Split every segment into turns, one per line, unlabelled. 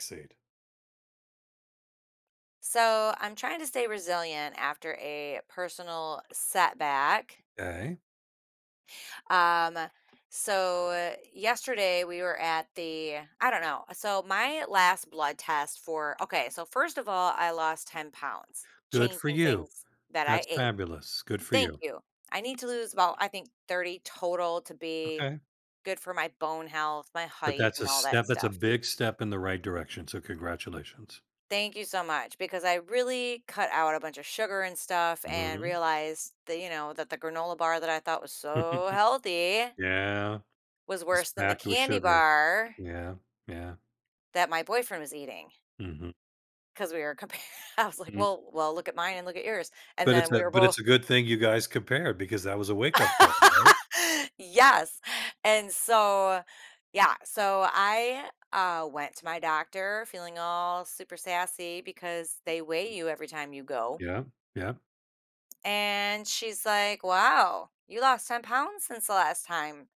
Succeed.
So I'm trying to stay resilient after a personal setback.
Okay,
Um, so yesterday we were at the, I don't know. So my last blood test for, okay, so first of all, I lost 10 pounds,
good for
changing
you.
things that I
That's
ate.
fabulous. Good for
Thank
you.
you. I need to lose about, I think, 30 total to be
Okay.
good for my bone health, my
But
height,
that's
and
a
all that
step, that's a
stuff.
big step in the right direction, so congratulations.
Thank you so much because I really cut out a bunch of sugar and stuff and
Mhm.
realized that, that the granola bar that I thought was so healthy
Yeah,
was
it's
worse than the
packed with
candy
sugar.
bar
Yeah, yeah.
that my boyfriend was eating
Mhm,
because we were comparing. I was like,
mhm.
well, look at mine and look at yours. And
But it's
then we
a
were
but
both,
it's a good thing you guys compared because that was a wake-up call, right?
yes. And so, yeah, so I went to my doctor feeling all super sassy because they weigh you every time you go.
Yeah, yeah.
And she's like, "Wow, you lost 10 pounds since the last time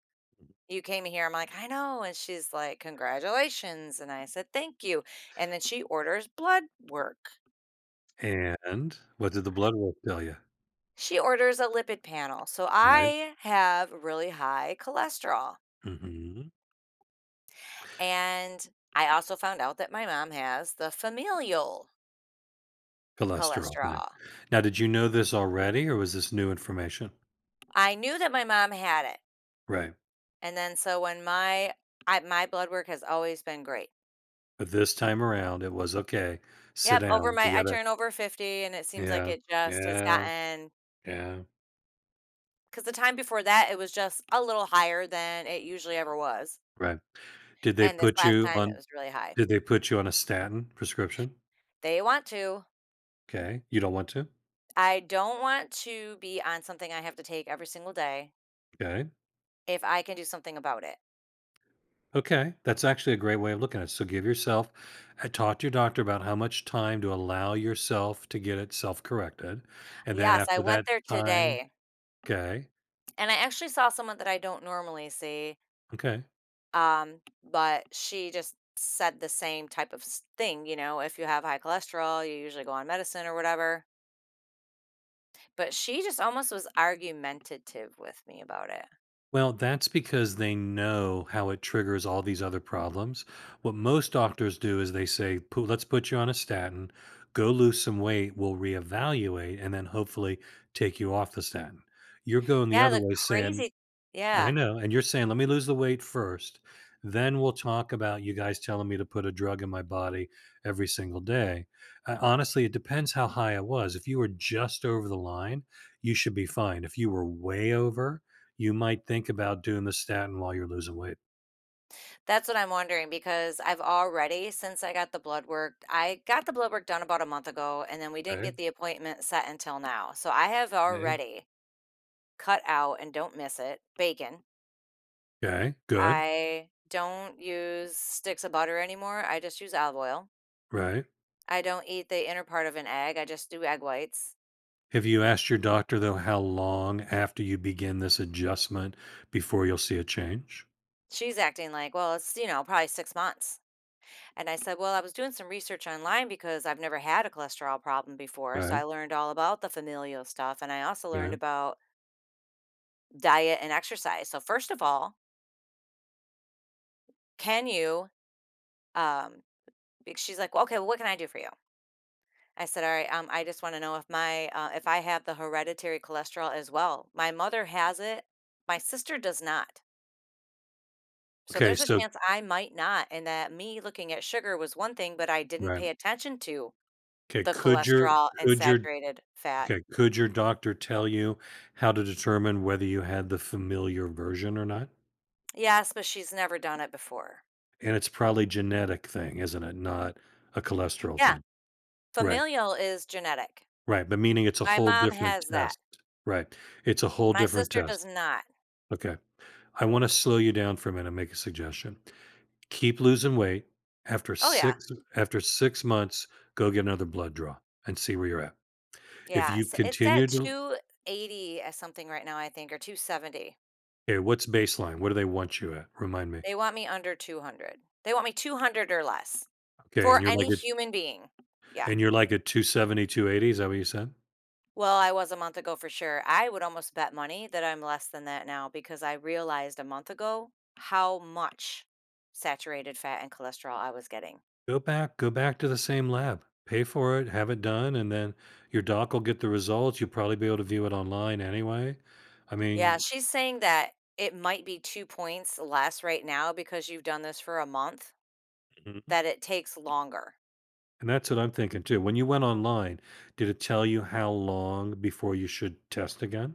you came here." I'm like, "I know." And she's like, "Congratulations." And I said, "Thank you." And then she orders blood work.
And what did the blood work tell you?
She orders a lipid panel. So
Right?
I have really high cholesterol.
Mhm.
And I also found out that my mom has the familial
Cholesterol thing.
cholesterol.
Now, did you know this already or was this new information?
I knew that my mom had it.
Right.
And then so when my I, my blood work has always been great.
But this time around, it was, "Okay, sit
Yep, over
down, we
my I
gotta."
turn over 50 and it seems like
Yeah,
it just has
yeah,
gotten.
yeah,
Cause the time before that, it was just a little higher than it usually ever was,
right. Did they
and this
put
last
you
time, it
on
was really high.
did they put you on a statin prescription?
They want to.
Okay, you don't want to?
I don't want to be on something I have to take every single day
Okay,
if I can do something about it.
okay, that's actually a great way of looking at it, so give yourself talk to your doctor about how much time to allow yourself to get it self-corrected, and then
Yes, I
after
went
that
there
time,
today,
okay,
and I actually saw someone that I don't normally see,
okay.
but she just said the same type of s thing, you know, "If you have high cholesterol, you usually go on medicine or whatever." But she just almost was argumentative with me about it.
Well, that's because they know how it triggers all these other problems. What most doctors do is they say, "Pu- let's put you on a statin, go lose some weight, we'll reevaluate, and then hopefully take you off the statin." You're going the
Yeah,
other
the
way saying,
crazy.
I
Yeah,
know, and you're saying, "Let me lose the weight first, then we'll talk about you guys telling me to put a drug in my body every single day." Honestly, it depends how high it was. If you were just over the line, you should be fine. If you were way over, you might think about doing the statin while you're losing weight.
that's what I'm wondering because I've already, since I got the blood work done about a month ago, and then we didn't
Okay,
get the appointment set until now, so I have
okay.
already cut out and don't miss it, bacon.
Okay, good,
I don't use sticks of butter anymore, I just use olive oil.
right.
I don't eat the inner part of an egg, I just do egg whites.
Have you asked your doctor, though, how long after you begin this adjustment before you'll see a change?
She's acting like, "Well, it's, you know, probably 6 months." And I said, well, I was doing some research online because I've never had a cholesterol problem before. So
Right,
I learned all about the familial stuff. And I also learned
right.
about diet and exercise. So, first of all, can you? Um, she's like, well, okay, well, what can I do for you? I said, all right, I just want to know if if I have the hereditary cholesterol as well. My mother has it, my sister does not. So
Okay,
there's a
so
chance I might not. And that me looking at sugar was one thing, but I didn't
right.
pay attention to
Okay,
the
could your
cholesterol and
could your
saturated fat.
okay, could your doctor tell you how to determine whether you had the familiar version or not?
Yes, but she's never done it before.
And it's probably genetic thing, isn't it? Not a cholesterol
Yeah,
thing. Right.
familial is genetic.
Right, but meaning it's a
My
whole
mom
different
has that.
test. Right. It's a whole
My
different
sister
test.
does not.
Okay. I wanna slow you down for a minute and make a suggestion. Keep losing weight. After
Oh, yeah.
6 after 6 months, go get another blood draw and see where you're at. If
Yeah,
you've
so it's at
continued to
280 or something right now, I think, or 270.
okay, what's baseline? What do they want you at? Remind me.
They want me under 200. They want me 200 or less
Okay,
for
and you're like
any human being. Yeah.
And you're like at 270, 280, is that what you said?
Well, I was a month ago for sure. I would almost bet money that I'm less than that now because I realized a month ago how much saturated fat and cholesterol I was getting.
Go back to the same lab. Pay for it, have it done, and then your doc will get the results. You'll probably be able to view it online anyway. I
Yeah,
mean,
she's saying that it might be 2 points less right now because you've done this for a month,
mhm.
that it takes longer.
And that's what I'm thinking too. When you went online, did it tell you how long before you should test again?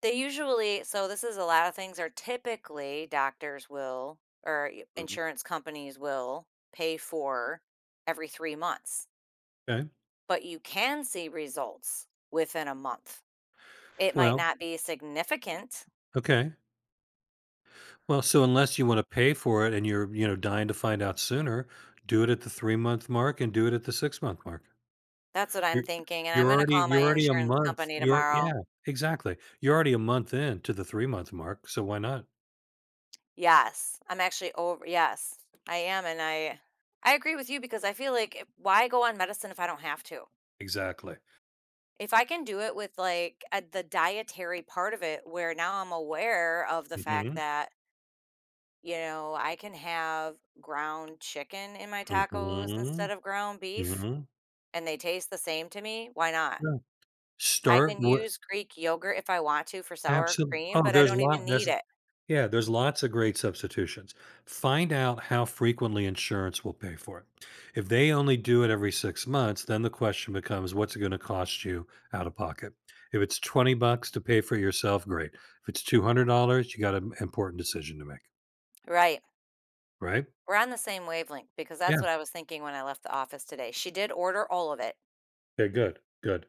They usually, so this is, a lot of things are typically doctors will or y
Mhm.
insurance companies will pay for every 3 months,
Okay.
but you can see results within a month. It might
Well,
not be significant.
okay. Well, so unless you want to pay for it and you're, you know, dying to find out sooner, do it at the 3 month mark and do it at the 6 month mark.
That's what I'm
You're
thinking, and I'm gonna call my
you're already a
insurance
month
company
you're
tomorrow.
yeah, exactly. You're already a month in to the 3-month mark, so why not?
Yes, I'm actually over, yes, I am, and I agree with you because I feel like, why go on medicine if I don't have to?
Exactly.
If I can do it with, like, the dietary part of it, where now I'm aware of the fact
Mhm,
that, I can have ground chicken in my tacos
mhm,
instead of ground beef,
mhm,
and they taste the same to me, why not?
yeah.
I
Start
can
what
use Greek yogurt if I want to for sour
absolutely.
cream,
Oh,
but I
there's
don't even
lot
need
there's
it.
yeah, there's lots of great substitutions. Find out how frequently insurance will pay for it. If they only do it every 6 months, then the question becomes, what's it gonna cost you out of pocket? If it's $20 to pay for it yourself, great. If it's $200, you got an important decision to make.
Right.
Right?
We're on the same wavelength because that's
Yeah.
what I was thinking when I left the office today. She did order all of it.
Okay, good, good.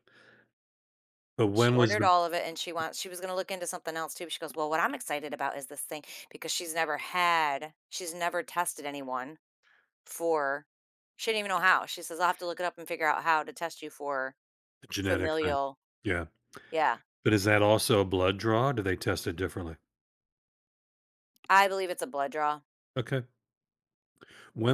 But
She
when was
ordered
the
all of it and she was gonna look into something else too. But she goes, well, what I'm excited about is this thing because she's never tested anyone for, she didn't even know how. She says, I'll have to look it up and figure out how to test you for
genetic thing?
familial.
Yeah.
Yeah.
But is that also a blood draw? Do they test it differently?
I believe it's a blood draw.
Okay.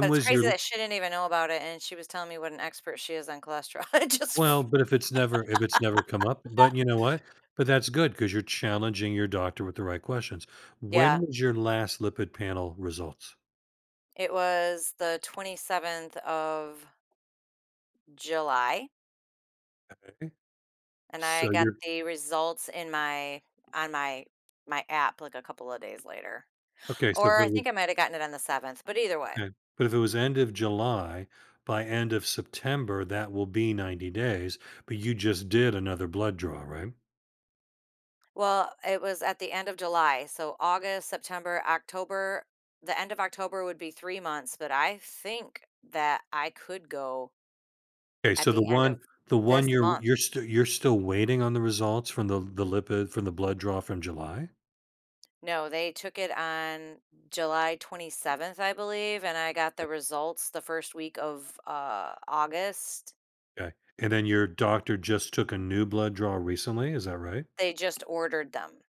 But it's
was
crazy
your
that she didn't even know about it and she was telling me what an expert she is on cholesterol. It just,
well, but if it's never come up, but you know what? But that's good because 'cause you're challenging your doctor with the right questions. When
yeah.
was your last lipid panel results?
It was the 27th of July.
Okay.
And I
So
got
you're
the results in my on my my app, like, a couple of days later.
okay, so if
Or I
it was
think I might have gotten it on the 7th, but either way.
okay, but if it was end of July, by end of September, that will be 90 days, but you just did another blood draw, right?
Well, it was at the end of July, so August, September, October, the end of October would be 3 months, but I think that I could go
Okay,
at
so
the
the
end of
one the one
this
you're
month.
you're st you're still waiting on the results from the lipid from the blood draw from July?
No, they took it on July 27th, I believe, and I got the
Okay,
results the 1st week of, August.
okay, and then your doctor just took a new blood draw recently, is that right?
They just ordered them.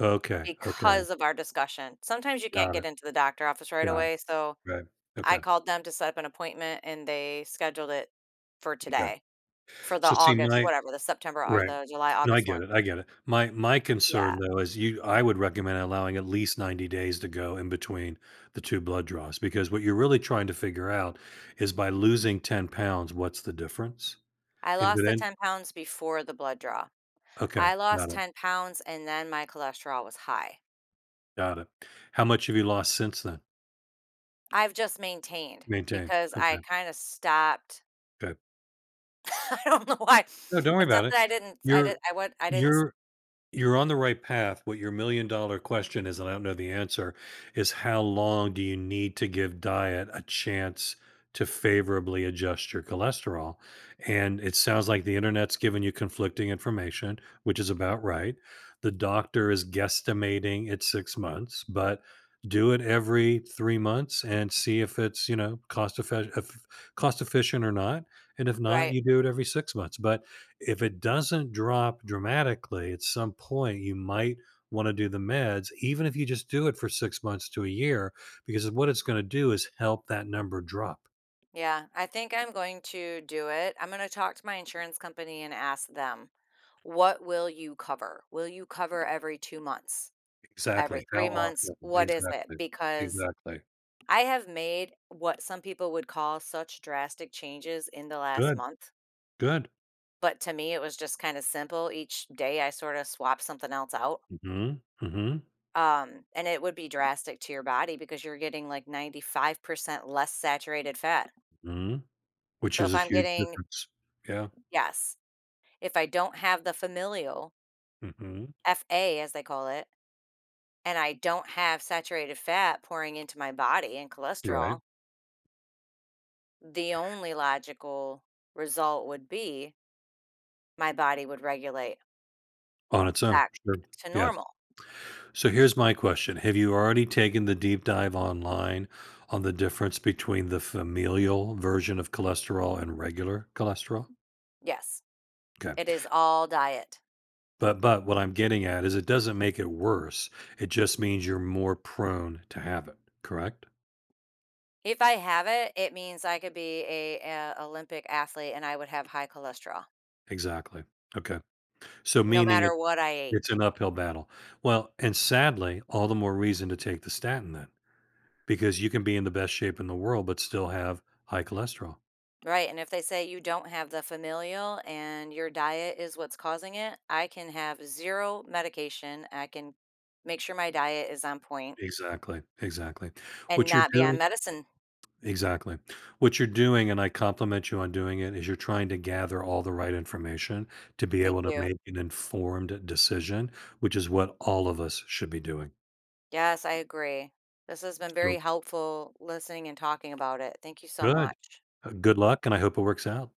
Okay, okay,
Because of our discussion. Sometimes you can't
got
get
it,
into the doctor office right
got
away, so
it, right,
I
okay,
called them to set up an appointment, and they scheduled it for
okay.
today, for the
So see
August
my
whatever, the September or
right,
the July,
no, I
August one.
get it, I get it. My
Yeah.
concern though is you I would recommend allowing at least 90 days to go in between the 2 blood draws, because what you're really trying to figure out is by losing 10 pounds, what's the difference?
I
And
lost the
then
10 pounds before the blood draw.
okay,
I lost
got it.
10 pounds, and then my cholesterol was high.
Got it. How much have you lost since then?
I've just maintained
Maintain.
because I
Okay,
kinda stopped.
good.
I don't know why.
No, don't worry
It's
about
not
it.
that I didn't, I did,
You're
I would, I didn't s
you're You're on the right path. What your million dollar question is, and I don't know the answer, is how long do you need to give diet a chance to favorably adjust your cholesterol? And it sounds like the internet's giving you conflicting information, which is about right. The doctor is guesstimating it's 6 months, but do it every 3 months and see if it's, you know, cost efficient or not, and if not
right.
you do it every 6 months, but if it doesn't drop dramatically at some point, you might want to do the meds, even if you just do it for 6 months to a year, because what it's going to do is help that number drop.
Yeah, I think I'm going to do it. I'm going to talk to my insurance company and ask them, what will you cover? Will you cover every 2 months, every
Exactly. How
3 months?
often?
What is it?
Exactly.
Because
Exactly.
I have made what some people would call such drastic changes in the last
Good.
month.
Good.
But to me, it was just kind of simple. Each day I sort of swap something else out.
Hmm, hmm,
And it would be drastic to your body because you're getting like 95% less saturated fat.
hmm. Which
So
is
if
a
I'm
huge
getting,
difference. Yeah.
yes, if I don't have the familial,
Hmm.
FA as they call it, and I don't have saturated fat pouring into my body and
Right.
cholesterol, the only logical result would be my body would regulate
On its own.
back
Sure.
to
Yeah.
normal.
So here's my question. Have you already taken the deep dive online on the difference between the familial version of cholesterol and regular cholesterol?
Yes,
Okay.
it is all diet.
But what I'm getting at is it doesn't make it worse. It just means you're more prone to have it, correct?
If I have it, it means I could be a Olympic athlete and I would have high cholesterol
Exactly. Okay. So
no
meaning it
matter what I
it's
ate.
an uphill battle. Well, and sadly, all the more reason to take the statin then because you can be in the best shape in the world but still have high cholesterol.
Right, and if they say you don't have the familial and your diet is what's causing it, I can have 0 medication, I can make sure my diet is on point
Exactly. Exactly.
and
What you're
not be on
doing
medicine.
exactly. What you're doing, and I compliment you on doing it, is you're trying to gather all the right information to be
Thank
able to
you.
make an informed decision, which is what all of us should be doing.
Yes, I agree. This has been very
So
helpful listening and talking about it. Thank you so
good.
much.
Good luck, and I hope it works out.